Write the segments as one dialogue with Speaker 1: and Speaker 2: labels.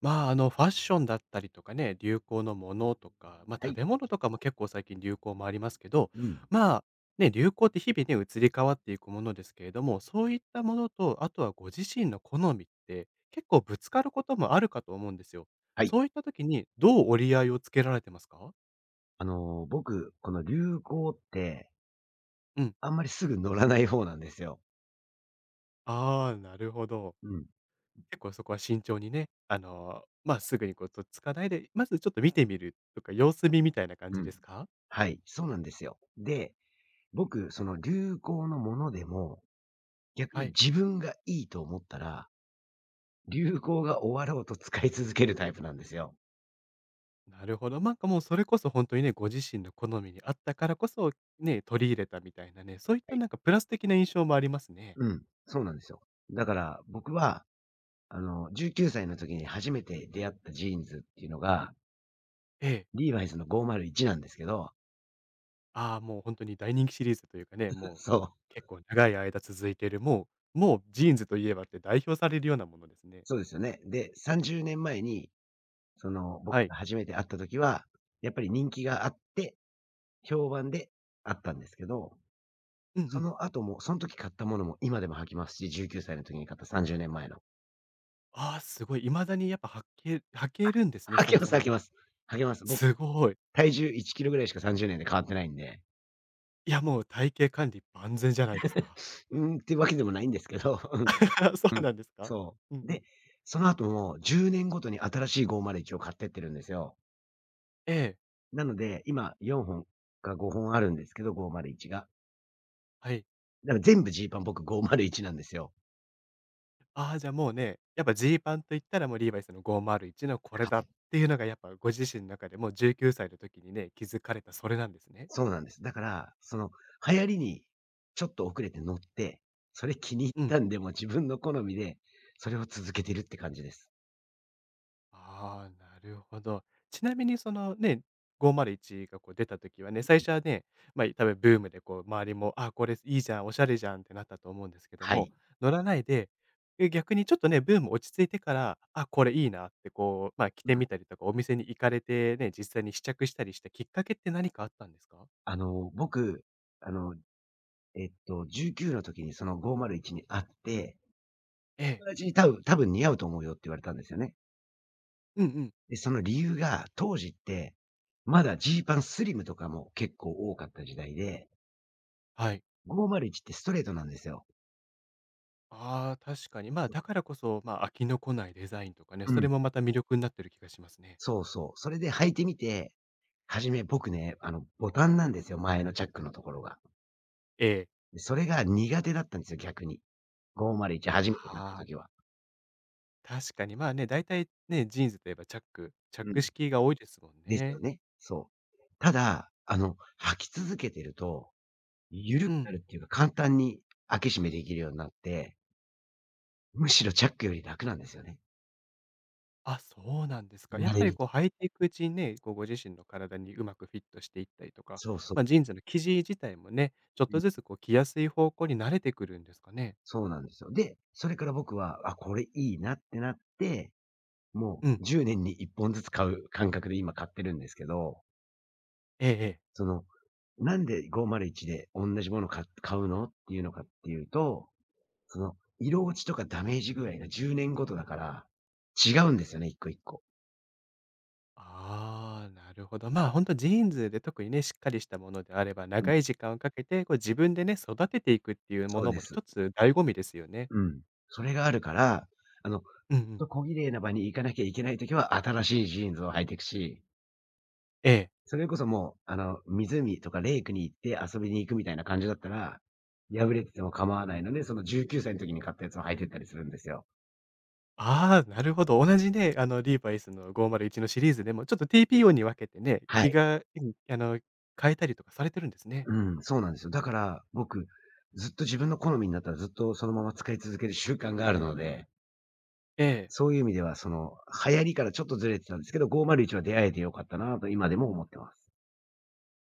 Speaker 1: まあ、ファッションだったりとかね、流行のものとか、ま
Speaker 2: は
Speaker 1: あ、食
Speaker 2: い。
Speaker 1: べ物とかも結構最近流行もありますけど、
Speaker 2: うん。
Speaker 1: まあ、ね、流行って日々ね、移り変わっていくものですけれども、そういったものと、あとはご自身の好みって、結構ぶつかることもあるかと思うんですよ。
Speaker 2: はい。
Speaker 1: そういった時にどう折り合いをつけられてますか？
Speaker 2: 僕、この流行って、
Speaker 1: うん。
Speaker 2: あんまりすぐ乗らない方なんですよ。
Speaker 1: ああ、なるほど。
Speaker 2: うん。
Speaker 1: 結構そこは慎重にね、まあ、すぐにこうとっつかないで、まずちょっと見てみるとか、様子見みたいな感
Speaker 2: う
Speaker 1: じ
Speaker 2: ん。
Speaker 1: ですか？
Speaker 2: はい、そうなんですよ。で、僕、その流行のものでも、逆
Speaker 1: は
Speaker 2: に
Speaker 1: い。
Speaker 2: 自分がいいと思ったら、流行が終わろうと使い続けるタイプなんですよ。
Speaker 1: なるほど。なんかもうそれこそ本当にね、ご自身の好みに合ったからこそ、ね、取り入れたみたいなね、そういっ
Speaker 2: は
Speaker 1: た
Speaker 2: い。
Speaker 1: なんかプラス的な印象もありますね。
Speaker 2: うん、そうなんですよ。だから僕は、19歳の時に初めて出会ったジーンズっていうのが、
Speaker 1: ええ。
Speaker 2: リーバイスの501なんですけど。
Speaker 1: ああ、もう本当に大人気シリーズというかね、もう
Speaker 2: そう、
Speaker 1: 結構長い間続いている、もうジーンズといえばって代表されるようなものですね。
Speaker 2: そうですよね。で、30年前に僕
Speaker 1: はい。
Speaker 2: が初めて会った時は、やっぱり人気があって、評判であったんですけど、
Speaker 1: うんう
Speaker 2: そ
Speaker 1: ん。
Speaker 2: の後も、その時買ったものも今でも履きますし、19歳の時に買った30年前の。
Speaker 1: ああ、すごい。未だにやっぱ履けるんですね、
Speaker 2: 履
Speaker 1: そ
Speaker 2: き
Speaker 1: も
Speaker 2: ま
Speaker 1: そ
Speaker 2: す履き
Speaker 1: も。
Speaker 2: ます。履きます。僕、
Speaker 1: すごい。
Speaker 2: 体重1キロぐらいしか30年で変わってないんで、
Speaker 1: いや、もう体型管理万全じゃないですか。
Speaker 2: うーんってわけでもないんですけど、
Speaker 1: そ
Speaker 2: う
Speaker 1: う
Speaker 2: ん、
Speaker 1: なんですか？
Speaker 2: そ
Speaker 1: うん
Speaker 2: う。
Speaker 1: うん。
Speaker 2: で、その後も10年ごとに新しい501を買ってってるんですよ。
Speaker 1: ええ、
Speaker 2: なので、今4本か5本あるんですけど、501が。
Speaker 1: はい。
Speaker 2: だから全部ジーパン僕501なんですよ。
Speaker 1: ああ、じゃあもうね、やっぱジーパンと言ったらもうリーバイスの501のこれ
Speaker 2: は
Speaker 1: だ
Speaker 2: い。
Speaker 1: っていうのがやっぱご自身の中でもう19歳の時にね、気づかれたそれなんですね。
Speaker 2: そうなんです。だから、その流行りにちょっと遅れて乗って、それ気に入っ
Speaker 1: うん。
Speaker 2: たんで、もう自分の好みで、それを続けてるって感じです。
Speaker 1: ああ、なるほど。ちなみにそのね、501がこう出た時はね、最初はね、まあ多分ブームでこう周りも、あ、これいいじゃん、おしゃれじゃんってなったと思うんですけど
Speaker 2: は
Speaker 1: も、
Speaker 2: い。
Speaker 1: 乗らないで、逆にちょっとね、ブーム落ち着いてから、あ、これいいなってこう、まあ着てみたりとかお店に行かれてね、実際に試着したりしたきっかけって何かあったんですか？
Speaker 2: 僕、あの、19の時にその501に会って、
Speaker 1: ええ。
Speaker 2: 友達に多分似合うと思うよって言われたんですよね。
Speaker 1: うんうん。
Speaker 2: で、その理由が、当時って、まだジーパンスリムとかも結構多かった時代で、
Speaker 1: はい。
Speaker 2: 501ってストレートなんですよ。
Speaker 1: ああ、確かに。まあ、だからこそ、まあ、飽きのこないデザインとかね、
Speaker 2: う
Speaker 1: そ
Speaker 2: ん。
Speaker 1: れもまた魅力になってる気がしますね。
Speaker 2: そうそう。それで履いてみて、はじめ僕ね、ボタンなんですよ、前のチャックのところが。
Speaker 1: ええ。
Speaker 2: で、それが苦手だったんですよ、逆に。501初めて買っ
Speaker 1: あ
Speaker 2: た
Speaker 1: あ、
Speaker 2: 時は。
Speaker 1: 確かに。まあね、だいたいね、ジーンズといえばチャック、チャッ
Speaker 2: うん。
Speaker 1: ク式が多いですもん
Speaker 2: ですよ
Speaker 1: ね。
Speaker 2: ね。そう。ただ、履き続けてると、緩
Speaker 1: う
Speaker 2: くな
Speaker 1: ん。
Speaker 2: るっていうか、簡単に開け閉めできるようになって、むしろチャックより楽なんですよね。
Speaker 1: あ、そうなんですか。やっ
Speaker 2: 慣れ
Speaker 1: ぱり
Speaker 2: る
Speaker 1: こう
Speaker 2: と。
Speaker 1: 履いていくうちにね、こうご自身の体にうまくフィットしていったりとか、
Speaker 2: そうそう。
Speaker 1: まあ、ジーンズの生地自体もね、ちょっ
Speaker 2: うん。
Speaker 1: とずつこう着やすい方向に慣れてくるんですかね。
Speaker 2: そうなんですよ。で、それから僕は、あ、これいいなってなって、も
Speaker 1: う
Speaker 2: う
Speaker 1: ん。
Speaker 2: 10年に1本ずつ買う感覚で今買ってるんですけど、
Speaker 1: ええええ。
Speaker 2: その、なんで501で同じものか買うのっていうのかっていうと、色落ちとかダメージ具合が10年ごとだから、違うんですよね、一個一個。
Speaker 1: ああ、なるほど。まあ、ほんとジーンズで特にね、しっかりしたものであれば、
Speaker 2: うん、
Speaker 1: 長い時間をかけて、こう自分でね、育てていくっていうも
Speaker 2: そう
Speaker 1: の
Speaker 2: で
Speaker 1: も
Speaker 2: す。
Speaker 1: 一つ醍醐味ですよね。
Speaker 2: うん。それがあるから、あの、
Speaker 1: うんうん。
Speaker 2: 小綺麗な場に行かなきゃいけないときは新しいジーンズを履いていくし、
Speaker 1: ええ。
Speaker 2: それこそもう、湖とかレイクに行って遊びに行くみたいな感じだったら、破れてても構わないので、その19歳の時に買ったやつを履いてったりするんですよ。
Speaker 1: ああ、なるほど。同じね、リーバイスの501のシリーズでも、ちょっと TPO に分けてね、
Speaker 2: は
Speaker 1: 気
Speaker 2: い。
Speaker 1: が、うん、変えたりとかされてるんですね。
Speaker 2: うん、そうなんですよ。だから、僕、ずっと自分の好みになったらずっとそのまま使い続ける習慣があるので、
Speaker 1: ええ。
Speaker 2: そういう意味では流行りからちょっとずれてたんですけど、501は出会えてよかったなと今でも思ってます。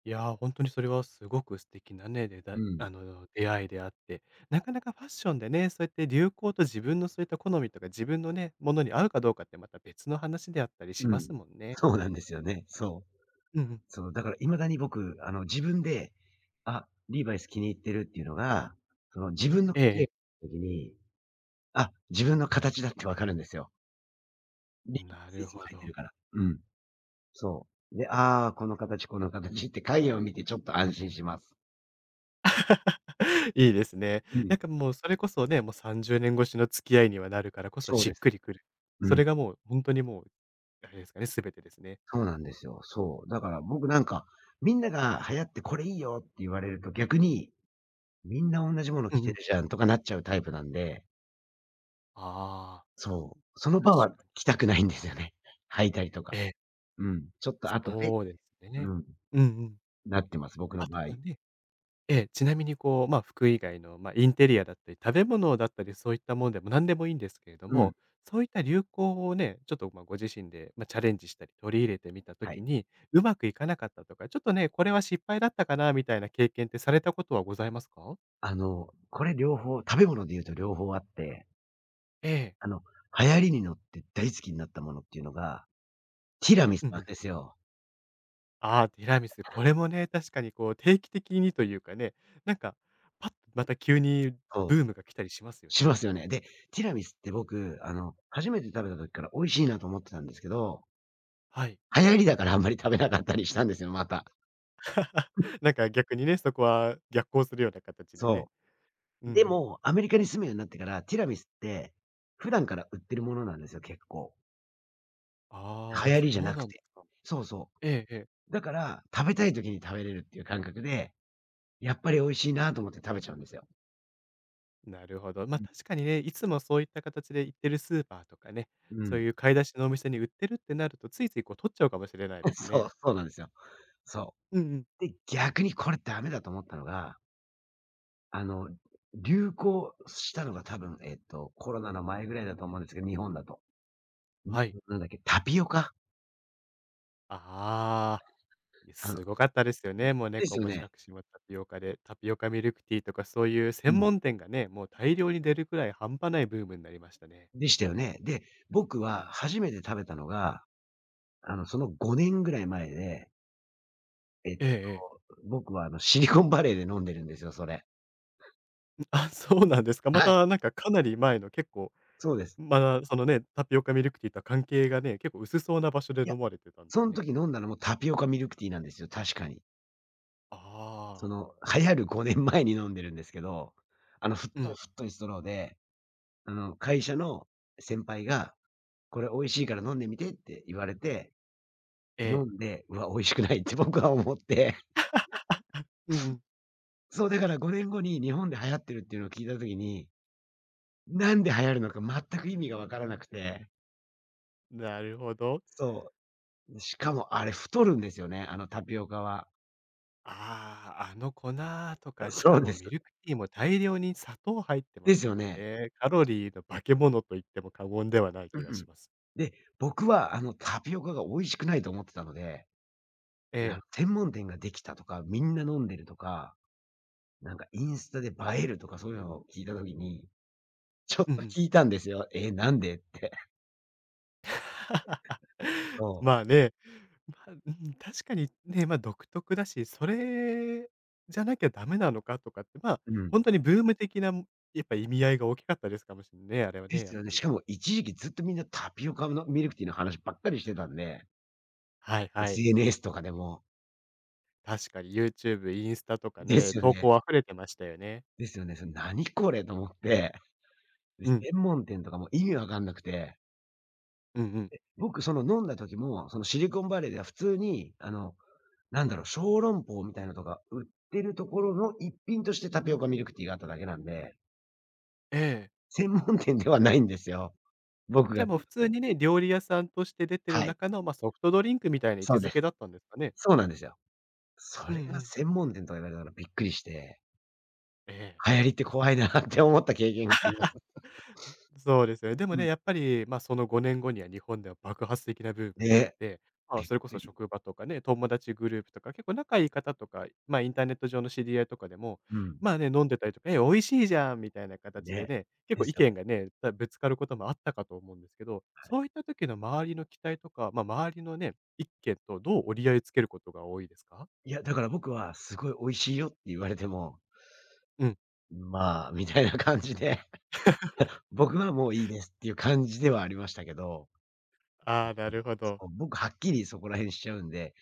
Speaker 1: いや、ー本当にそれはすごく素敵なね、でだ、
Speaker 2: うん。
Speaker 1: 出会いであって、なかなかファッションでね、そうやって流行と自分のそういった好みとか、自分のね、ものに合うかどうかってまた別の話であったりし
Speaker 2: う
Speaker 1: ま
Speaker 2: ん。
Speaker 1: すもんね。
Speaker 2: そうなんですよね。そう。
Speaker 1: うんうん。
Speaker 2: そう、だから未だに僕、自分で、あ、リーバイス気に入ってるっていうのが、その自分の
Speaker 1: ええ
Speaker 2: 時
Speaker 1: ええ。
Speaker 2: に、あ、自分の形だってわかるんですよ。リーバイ
Speaker 1: な
Speaker 2: スい
Speaker 1: る
Speaker 2: つも
Speaker 1: ほ
Speaker 2: 履いて
Speaker 1: ど。
Speaker 2: るから。うん、そう。で、ああ、この形、この形って影を見てちょっと安心します。
Speaker 1: いいですね。
Speaker 2: うん、
Speaker 1: なんかもうそれこそね、もう30年越しの付き合いにはなるからこそ
Speaker 2: そう
Speaker 1: しっ
Speaker 2: です。
Speaker 1: くりくる。
Speaker 2: う
Speaker 1: そ
Speaker 2: ん、
Speaker 1: れがもう本当にもう、あれですかね、全てですね。
Speaker 2: そうなんですよ。そう。だから僕なんか、みんなが流行ってこれいいよって言われると逆に、みんな同じもの
Speaker 1: う
Speaker 2: 着
Speaker 1: んう
Speaker 2: て
Speaker 1: ん。
Speaker 2: るじゃんとかなっちゃうタイプなんで、
Speaker 1: ああ、
Speaker 2: そう、その場
Speaker 1: 確
Speaker 2: は
Speaker 1: かに。
Speaker 2: 着たくないんですよね。履いたりとか。
Speaker 1: ええ、
Speaker 2: うん、ちょっと後で、
Speaker 1: そうですね。
Speaker 2: うん、
Speaker 1: うんうん。
Speaker 2: なってます、僕の
Speaker 1: あと
Speaker 2: 場合。
Speaker 1: はね、ええ、ちなみにこう、まあ、服以外の、まあ、インテリアだったり、食べ物だったり、そういったものでも何でもいいんですけれど
Speaker 2: うん、
Speaker 1: も、そういった流行をね、ちょっと、ま、ご自身で、まあ、チャレンジしたり、取り入れてみたと
Speaker 2: は
Speaker 1: き
Speaker 2: い。
Speaker 1: に、うまくいかなかったとか、ちょっとね、これは失敗だったかなみたいな経験ってされたことはございますか？
Speaker 2: これ両方食べ物で言うと両方あって、
Speaker 1: ええ。
Speaker 2: あの、流行りに乗って大好きになったものっていうのが、ティラミス
Speaker 1: うん
Speaker 2: な
Speaker 1: う
Speaker 2: ん
Speaker 1: ん。
Speaker 2: ですよ。
Speaker 1: ああ、ティラミス、これもね、確かにこう定期的にというかね、なんか、パッとまた急に
Speaker 2: そう、
Speaker 1: ブームが来たりしますよ
Speaker 2: し
Speaker 1: ね、
Speaker 2: ま
Speaker 1: あ
Speaker 2: す
Speaker 1: れ
Speaker 2: よ
Speaker 1: も。
Speaker 2: ね。で、ティラミスって僕、初めて食べた時から美味しいなと思ってたんですけど、
Speaker 1: はい。
Speaker 2: 流行りだからあんまり食べなかったりしたんですよ、また。
Speaker 1: な んか逆にね、そこは逆行するような形でね。
Speaker 2: そ
Speaker 1: うん
Speaker 2: う。
Speaker 1: う
Speaker 2: で
Speaker 1: ん。
Speaker 2: も、アメリカに住むようになってから、ティラミスって、普段から売ってるものなんですよ、結構。
Speaker 1: あ
Speaker 2: 流
Speaker 1: あ、
Speaker 2: 行
Speaker 1: そ
Speaker 2: りじゃな
Speaker 1: う
Speaker 2: く
Speaker 1: なんで
Speaker 2: て。
Speaker 1: すか。
Speaker 2: そうそ
Speaker 1: え
Speaker 2: う。
Speaker 1: えええ。
Speaker 2: だから、食べたい時に食べれるっていう感覚で、やっぱり美味しいなと思って食べちゃうんですよ。
Speaker 1: なるほど。
Speaker 2: う
Speaker 1: ま、
Speaker 2: ん。
Speaker 1: 確かにね、いつもそういった形で行ってるスーパーとかね、
Speaker 2: う
Speaker 1: そう
Speaker 2: ん。
Speaker 1: いう買い出しのお店に売ってるってなると、ついついこう取っちゃうかもしれないで す
Speaker 2: そ
Speaker 1: ね。
Speaker 2: う、そうなんですよ。そ
Speaker 1: うんうん。
Speaker 2: う。で、逆にこれダメだと思ったのが、あの、流行したのが多分、コロナの前ぐらいだと思うんですけど、日本だと。ん、
Speaker 1: はい。
Speaker 2: なんだっけ、タピオカ？
Speaker 1: ああ、いや、
Speaker 2: あの
Speaker 1: すごかったですよね。もうね、
Speaker 2: で
Speaker 1: こ
Speaker 2: す
Speaker 1: う、
Speaker 2: よ
Speaker 1: もう
Speaker 2: ね。
Speaker 1: 杓子もタピオカで、タピオカミルクティーとかそういう
Speaker 2: う
Speaker 1: 専
Speaker 2: ん。
Speaker 1: 門店がね、もう大量に出るくらい半端ないブームになりましたね。
Speaker 2: でしたよね。で、僕
Speaker 1: う
Speaker 2: は
Speaker 1: ん。
Speaker 2: 初めて食べたのがその5年ぐらい前で、えっ
Speaker 1: ええええ。
Speaker 2: と、僕はシリコンバレーで飲んでるんですよ、それ。
Speaker 1: あ、そうなんですか。ま
Speaker 2: はい、
Speaker 1: たなんかかなり前の結構
Speaker 2: そうです。
Speaker 1: まだ、そのね、タピオカミルクティーとは関係がね、結構薄そうな場所で
Speaker 2: いや、
Speaker 1: 飲まれてたんで
Speaker 2: そ
Speaker 1: す
Speaker 2: ん
Speaker 1: ね。
Speaker 2: 時飲んだのもタピオカミルクティーなんですよ、確かに。そ
Speaker 1: ああ、
Speaker 2: の、流行る5年前に飲んでるんですけど、
Speaker 1: う
Speaker 2: 太い
Speaker 1: ん。
Speaker 2: 太いストローで、会社の先輩が、「これ美味しいから飲んでみて」って言われて、
Speaker 1: え
Speaker 2: 飲
Speaker 1: え。
Speaker 2: んで、「うわ、美味しくない」って僕は思って。
Speaker 1: うんうん。
Speaker 2: そう、だから5年後に日本で流行ってるっていうのを聞いた時に、なんで流行るのか全く意味がわからなくて。
Speaker 1: なるほど。
Speaker 2: そう。しかもあれ太るんですよね、あのタピオカは。
Speaker 1: ああ、あの粉と か、し
Speaker 2: そ
Speaker 1: か
Speaker 2: うで
Speaker 1: も
Speaker 2: す。
Speaker 1: ミルクティーも大量に砂糖入ってま
Speaker 2: です
Speaker 1: す
Speaker 2: よ
Speaker 1: もん
Speaker 2: ね。
Speaker 1: ね。カロリーの化け物と言っても過言ではない
Speaker 2: う
Speaker 1: 気が
Speaker 2: んうん。
Speaker 1: します。
Speaker 2: で、僕はあのタピオカが美味しくないと思ってたので、
Speaker 1: え
Speaker 2: あの
Speaker 1: え。
Speaker 2: 専門店ができたとか、みんな飲んでるとか、なんかインスタで映えるとかそういうのを聞いた時に、ちょっ
Speaker 1: うんう
Speaker 2: と
Speaker 1: ん。
Speaker 2: 聞いたんですよ。え、なんでって そ
Speaker 1: ま
Speaker 2: う。
Speaker 1: あね、まあ、うん、確かにね、ま、独特だし、それじゃなきゃダメなのかとかって、まあ、
Speaker 2: うん。
Speaker 1: ほんとにブーム的なやっぱ意味合いが大きかったですかもしんね、あれは
Speaker 2: で
Speaker 1: ね、
Speaker 2: す
Speaker 1: やっ
Speaker 2: よね。
Speaker 1: ぱ
Speaker 2: し
Speaker 1: り。
Speaker 2: かも一時期ずっとみんなタピオカのミルクティーの話ばっかりしてたんで、
Speaker 1: はいはい。
Speaker 2: SNS とかでも。
Speaker 1: 確かに YouTube、インスタとか
Speaker 2: で
Speaker 1: ね、
Speaker 2: すよ
Speaker 1: 投
Speaker 2: ね。
Speaker 1: 稿溢れてましたよね。
Speaker 2: ですよね。それ何これと思って。で、
Speaker 1: うん。
Speaker 2: 専門店とかも意味わかんなくて、
Speaker 1: うんうん。
Speaker 2: 僕その飲んだ時も、そのシリコンバレーでは普通に、なんだろう、小籠包みたいなのとか売ってるところの一品としてタピオカミルクティーがあっただけなんで、
Speaker 1: ええ。
Speaker 2: 専門店ではないんですよ。僕
Speaker 1: じ
Speaker 2: が
Speaker 1: ゃあもう普通 にね、料理屋さんとして出てる
Speaker 2: はい、
Speaker 1: 中の、ま、ソフトドリンクみたいな位
Speaker 2: そ
Speaker 1: 置
Speaker 2: うで
Speaker 1: づ
Speaker 2: す。
Speaker 1: けだったんですかね？
Speaker 2: そうなんですよ。そ
Speaker 1: うんう
Speaker 2: れが
Speaker 1: ん。
Speaker 2: 専門店とか言われたからびっくりして、
Speaker 1: ええ。
Speaker 2: 流行りって怖いなって思った経験があります。
Speaker 1: そうですよね。でも
Speaker 2: う
Speaker 1: ね、
Speaker 2: ん。
Speaker 1: やっぱり、まあ、その5年後には日本では爆発的なブームになっ
Speaker 2: ね、
Speaker 1: て、まあ、
Speaker 2: びっ
Speaker 1: それこ
Speaker 2: く
Speaker 1: そ
Speaker 2: り。
Speaker 1: 職場とかね、友達グループとか、結構仲いい方とか、まあ、インターネット上の知り合いとかでも、
Speaker 2: うん。
Speaker 1: まあね、飲んでたりとか、「え、美味しいじゃん」みたいな形で
Speaker 2: ね。
Speaker 1: ね、結
Speaker 2: で
Speaker 1: 構
Speaker 2: す
Speaker 1: 意
Speaker 2: よ
Speaker 1: 見
Speaker 2: ね。
Speaker 1: がね、ぶつかることもあったかと思うんですけど、
Speaker 2: はい。
Speaker 1: そういった時の周りの期待とか、まあ、周りのね、意見とどう折り合いつけることが多いですか？
Speaker 2: いや、だから僕はすごい美味しいよって言われても、
Speaker 1: うん。
Speaker 2: まあ、みたいな感じで、僕はもういいですっていう感じではありましたけど、
Speaker 1: ああ、なるほ
Speaker 2: そ
Speaker 1: ど。
Speaker 2: う、僕はっきりそこら辺しちゃうんで、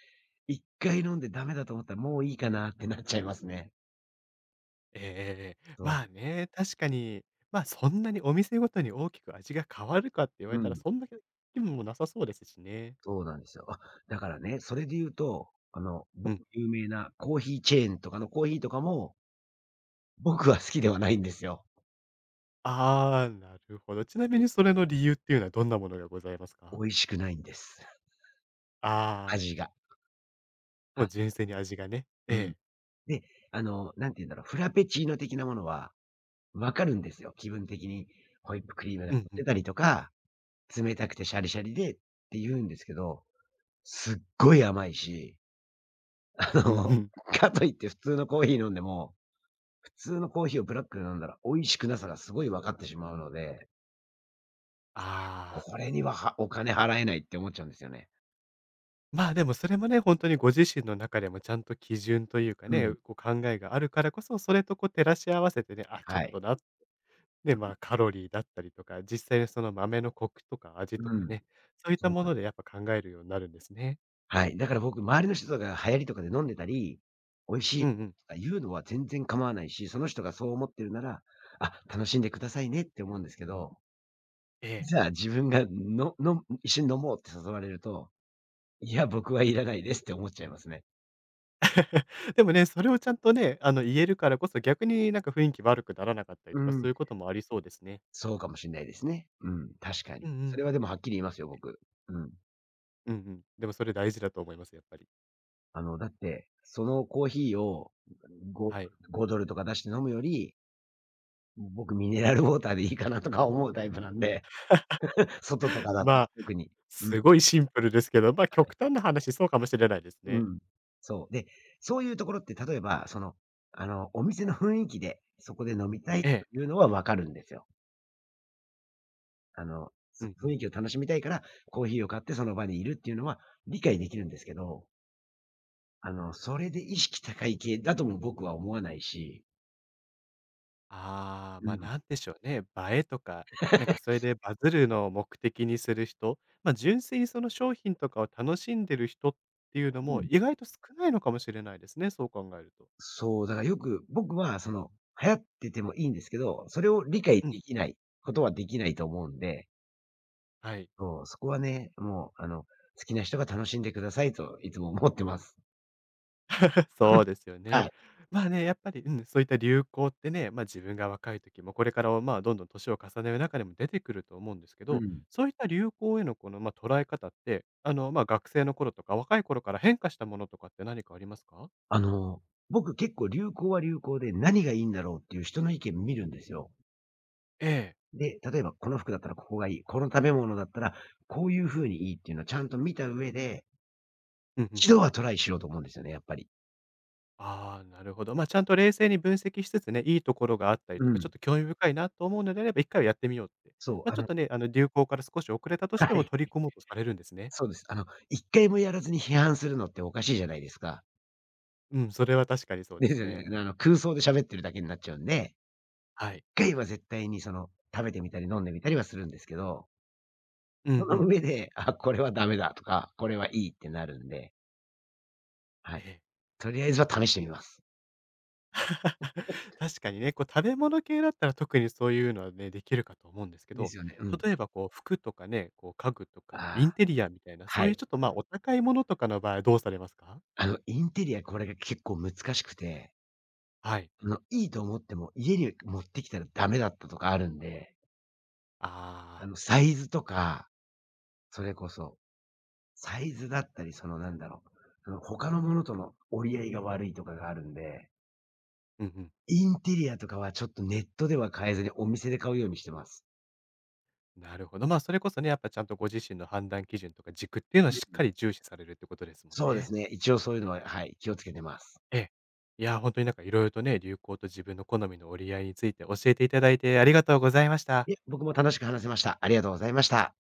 Speaker 2: 1回飲んでダメだと思ったらもういいかなってなっちゃいますね。
Speaker 1: ええええ。
Speaker 2: そ
Speaker 1: まあ
Speaker 2: う。
Speaker 1: ね、確かに、ま、そんなにお店ごとに大きく味が変わるかって言わ
Speaker 2: う
Speaker 1: れたら、
Speaker 2: ん。
Speaker 1: そんだけでもなさそうですしね。
Speaker 2: そうなんですよ。あ、だからね、それで言うと、某
Speaker 1: うん。
Speaker 2: 有名なコーヒーチェーンとかのコーヒーとかも、僕は好きではないんですよ。
Speaker 1: ああ、なるほど。ちなみにそれの理由っていうのはどんなものがございます
Speaker 2: 美
Speaker 1: か？
Speaker 2: 味しくないんです。
Speaker 1: ああ、
Speaker 2: 味が。は
Speaker 1: もう
Speaker 2: い。
Speaker 1: 純粋に味がね。え
Speaker 2: うん。
Speaker 1: え。
Speaker 2: で、なんて言うんだろう、フラペチーノ的なものは、わかるんですよ、気分的に。ホイップクリームが
Speaker 1: うん
Speaker 2: 乗っ
Speaker 1: う
Speaker 2: て
Speaker 1: ん。
Speaker 2: たりとか、冷たくてシャリシャリでって言うんですけど、すっごい甘いし、あ
Speaker 1: うんう
Speaker 2: の、
Speaker 1: ん。
Speaker 2: かといって普通のコーヒー飲んでも、普通のコーヒーをブラックで飲んだら美味しくなさがすごい分かってしまうので、
Speaker 1: ああ。
Speaker 2: これにははお金払えないって思っちゃうんですよね。
Speaker 1: まあ、でもそれもね、本当にご自身の中でもちゃんと基準というか
Speaker 2: うん。
Speaker 1: ね、こう考えがあるからこそ、それとこう照らし合わせてね、あ、ちょ
Speaker 2: は
Speaker 1: っ
Speaker 2: い。
Speaker 1: となっで、まあ、カロリーだったりとか、実際にその豆のコクとか味と
Speaker 2: う
Speaker 1: か
Speaker 2: ん。
Speaker 1: ね、そういっ
Speaker 2: そ
Speaker 1: た
Speaker 2: う
Speaker 1: も
Speaker 2: なん
Speaker 1: のでやっぱ考えるようになるんですね。
Speaker 2: はい。だから僕、周りの人とかが流行りとかで飲んでたり、美味し
Speaker 1: う
Speaker 2: い
Speaker 1: んう
Speaker 2: もの
Speaker 1: ん。
Speaker 2: とか言うのは全然構わないし、その人がそう思ってるなら、あ、楽しんでくださいねって思うんですけど、
Speaker 1: ええ。
Speaker 2: じゃあ自分が一緒に飲もうって誘われると、いや、僕はいらないですって思っちゃいますね。
Speaker 1: でもね、それをちゃんとね、言えるからこそ、逆になんか雰囲気悪くならなかったり
Speaker 2: う
Speaker 1: とか、そう
Speaker 2: ん。
Speaker 1: いうこともありそうですね。
Speaker 2: そうかもしれないですね。うん。確かに。
Speaker 1: うんう
Speaker 2: そ
Speaker 1: ん。
Speaker 2: れはでもはっきり言いますよ、僕。うん。
Speaker 1: うんうん。でもそれ大事だと思います、やっぱり。
Speaker 2: だって、そのコーヒーをご
Speaker 1: はい。
Speaker 2: 5ドルとか出して飲むより、僕ミネラルウォーターでいいかなとか思うタイプなんで。外と かだった
Speaker 1: ま
Speaker 2: ら
Speaker 1: あ、
Speaker 2: 特に。う
Speaker 1: す
Speaker 2: ん。
Speaker 1: ごいシンプルですけど、まあ、極端な話そうかもしれないです
Speaker 2: う
Speaker 1: ね。
Speaker 2: ん。そう。で、そういうところって例えば、お店の雰囲気で、そこで飲みたいと
Speaker 1: ええ。
Speaker 2: いうのはわかるんですよ。
Speaker 1: う
Speaker 2: そ
Speaker 1: んうん
Speaker 2: 雰囲
Speaker 1: う
Speaker 2: 気
Speaker 1: ん。
Speaker 2: を楽しみたいから、コーヒーを買ってその場にいるっていうのは理解できるんですけど、それで意識高い系だとも僕は思わないし、
Speaker 1: ああ、
Speaker 2: う
Speaker 1: ま、あ
Speaker 2: ん。
Speaker 1: なんでしょうね、映えとか、なんかそれでバズるのを目的にする人、ま、純粋にその商品とかを楽しんでる人っていうの
Speaker 2: う
Speaker 1: も
Speaker 2: ん。
Speaker 1: 意外と少ないのかもしれないですね、そう考えると。
Speaker 2: そう、だからよく、僕はその、流行っててもいいんですけど、それを理解
Speaker 1: うん、
Speaker 2: できないことはできないと思うんで
Speaker 1: はい。
Speaker 2: そう、そこはね、もう、好きな人が楽しんでくださいといつも思ってます。
Speaker 1: そ うですよ
Speaker 2: は
Speaker 1: ね。
Speaker 2: い。
Speaker 1: まあね、やっぱり、うん、そういった流行ってね、ま、自分が若い時もこれからは、まあ、どんどん年を重ねる中でも出てくると思うんですけ
Speaker 2: う
Speaker 1: ど、
Speaker 2: ん。
Speaker 1: そういった流行へのこの、ま、捉え方って、ま、学生の頃とか若い頃から変化したものとかって何かありますか？
Speaker 2: あの、僕結構流行は流行で何がいいんだろうっていう人の意見見るんですよ。
Speaker 1: ええ。
Speaker 2: で、例えばこの服だったらここがいい、この食べ物だったらこういう風にいいっていうのをちゃんと見た上で、
Speaker 1: うんうん。
Speaker 2: 一度はトライしようと思うんですよね、やっぱり。
Speaker 1: ああ、なるほど。まあ、ちゃんと冷静に分析しつつね、いいところがあったり
Speaker 2: う
Speaker 1: とか、ちょっ
Speaker 2: ん。
Speaker 1: と興味深いなと思うのであれば、1回はやってみようって。
Speaker 2: そう、
Speaker 1: まあ、
Speaker 2: あ
Speaker 1: ちょっ
Speaker 2: の
Speaker 1: と ね、流行から少し遅れたとし
Speaker 2: は
Speaker 1: ても
Speaker 2: い。
Speaker 1: 取り込もうとされるんですね。
Speaker 2: そうです。一回もやらずに批判するのっておかしいじゃないですか。
Speaker 1: うん、それは確かにそうで
Speaker 2: で
Speaker 1: す
Speaker 2: すよ
Speaker 1: ね。
Speaker 2: ね。
Speaker 1: うん。
Speaker 2: 空想で喋ってるだけになっちゃうんで
Speaker 1: はい。
Speaker 2: 回は絶対に食べてみたり飲んでみたりはするんですけど、
Speaker 1: うんう
Speaker 2: その
Speaker 1: ん。
Speaker 2: 上で、あ、これはダメだとか、これはいいってなるんで、は
Speaker 1: え
Speaker 2: い。
Speaker 1: え。
Speaker 2: とりあえずは試してみます。
Speaker 1: 確かにね、こう食べ物系だったら特にそういうのはね、できるかと思うんですけ
Speaker 2: で
Speaker 1: ど、
Speaker 2: すよね。うん。
Speaker 1: 例えばこう服とかね、こう家具と
Speaker 2: あ
Speaker 1: かのイン
Speaker 2: あ、
Speaker 1: テリアみたいな、そ
Speaker 2: は
Speaker 1: ういう
Speaker 2: い。
Speaker 1: ちょっと、ま、お高いものとかの場合はどうされますか？
Speaker 2: インテリアこれが結構難しくて、
Speaker 1: はい。
Speaker 2: いいと思っても家に持ってきたらダメだったとかあるんで、
Speaker 1: ああ、
Speaker 2: サイズとか、それこそ、サイズだったり、そのなんだろう、他のものとの折り合いが悪いとかがあるんで
Speaker 1: うんうん。
Speaker 2: インテリアとかはちょっとネットでは買えずにお店で買うようにしてます。
Speaker 1: なるほど。まあ、それこそね、やっぱちゃんとご自身の判断基準とか軸っていうのは
Speaker 2: うん
Speaker 1: しっ
Speaker 2: う
Speaker 1: か
Speaker 2: ん。
Speaker 1: り重視されるってことですもん
Speaker 2: そうで
Speaker 1: ね。
Speaker 2: すね、一応そういうのは、はい、気をつけてます。
Speaker 1: ええ。いや、本当になんかいろいろとね、流行と自分の好みの折り合いについて教えていただいてありがとうございました。
Speaker 2: いえ、僕も楽しく話せました。ありがとうございました。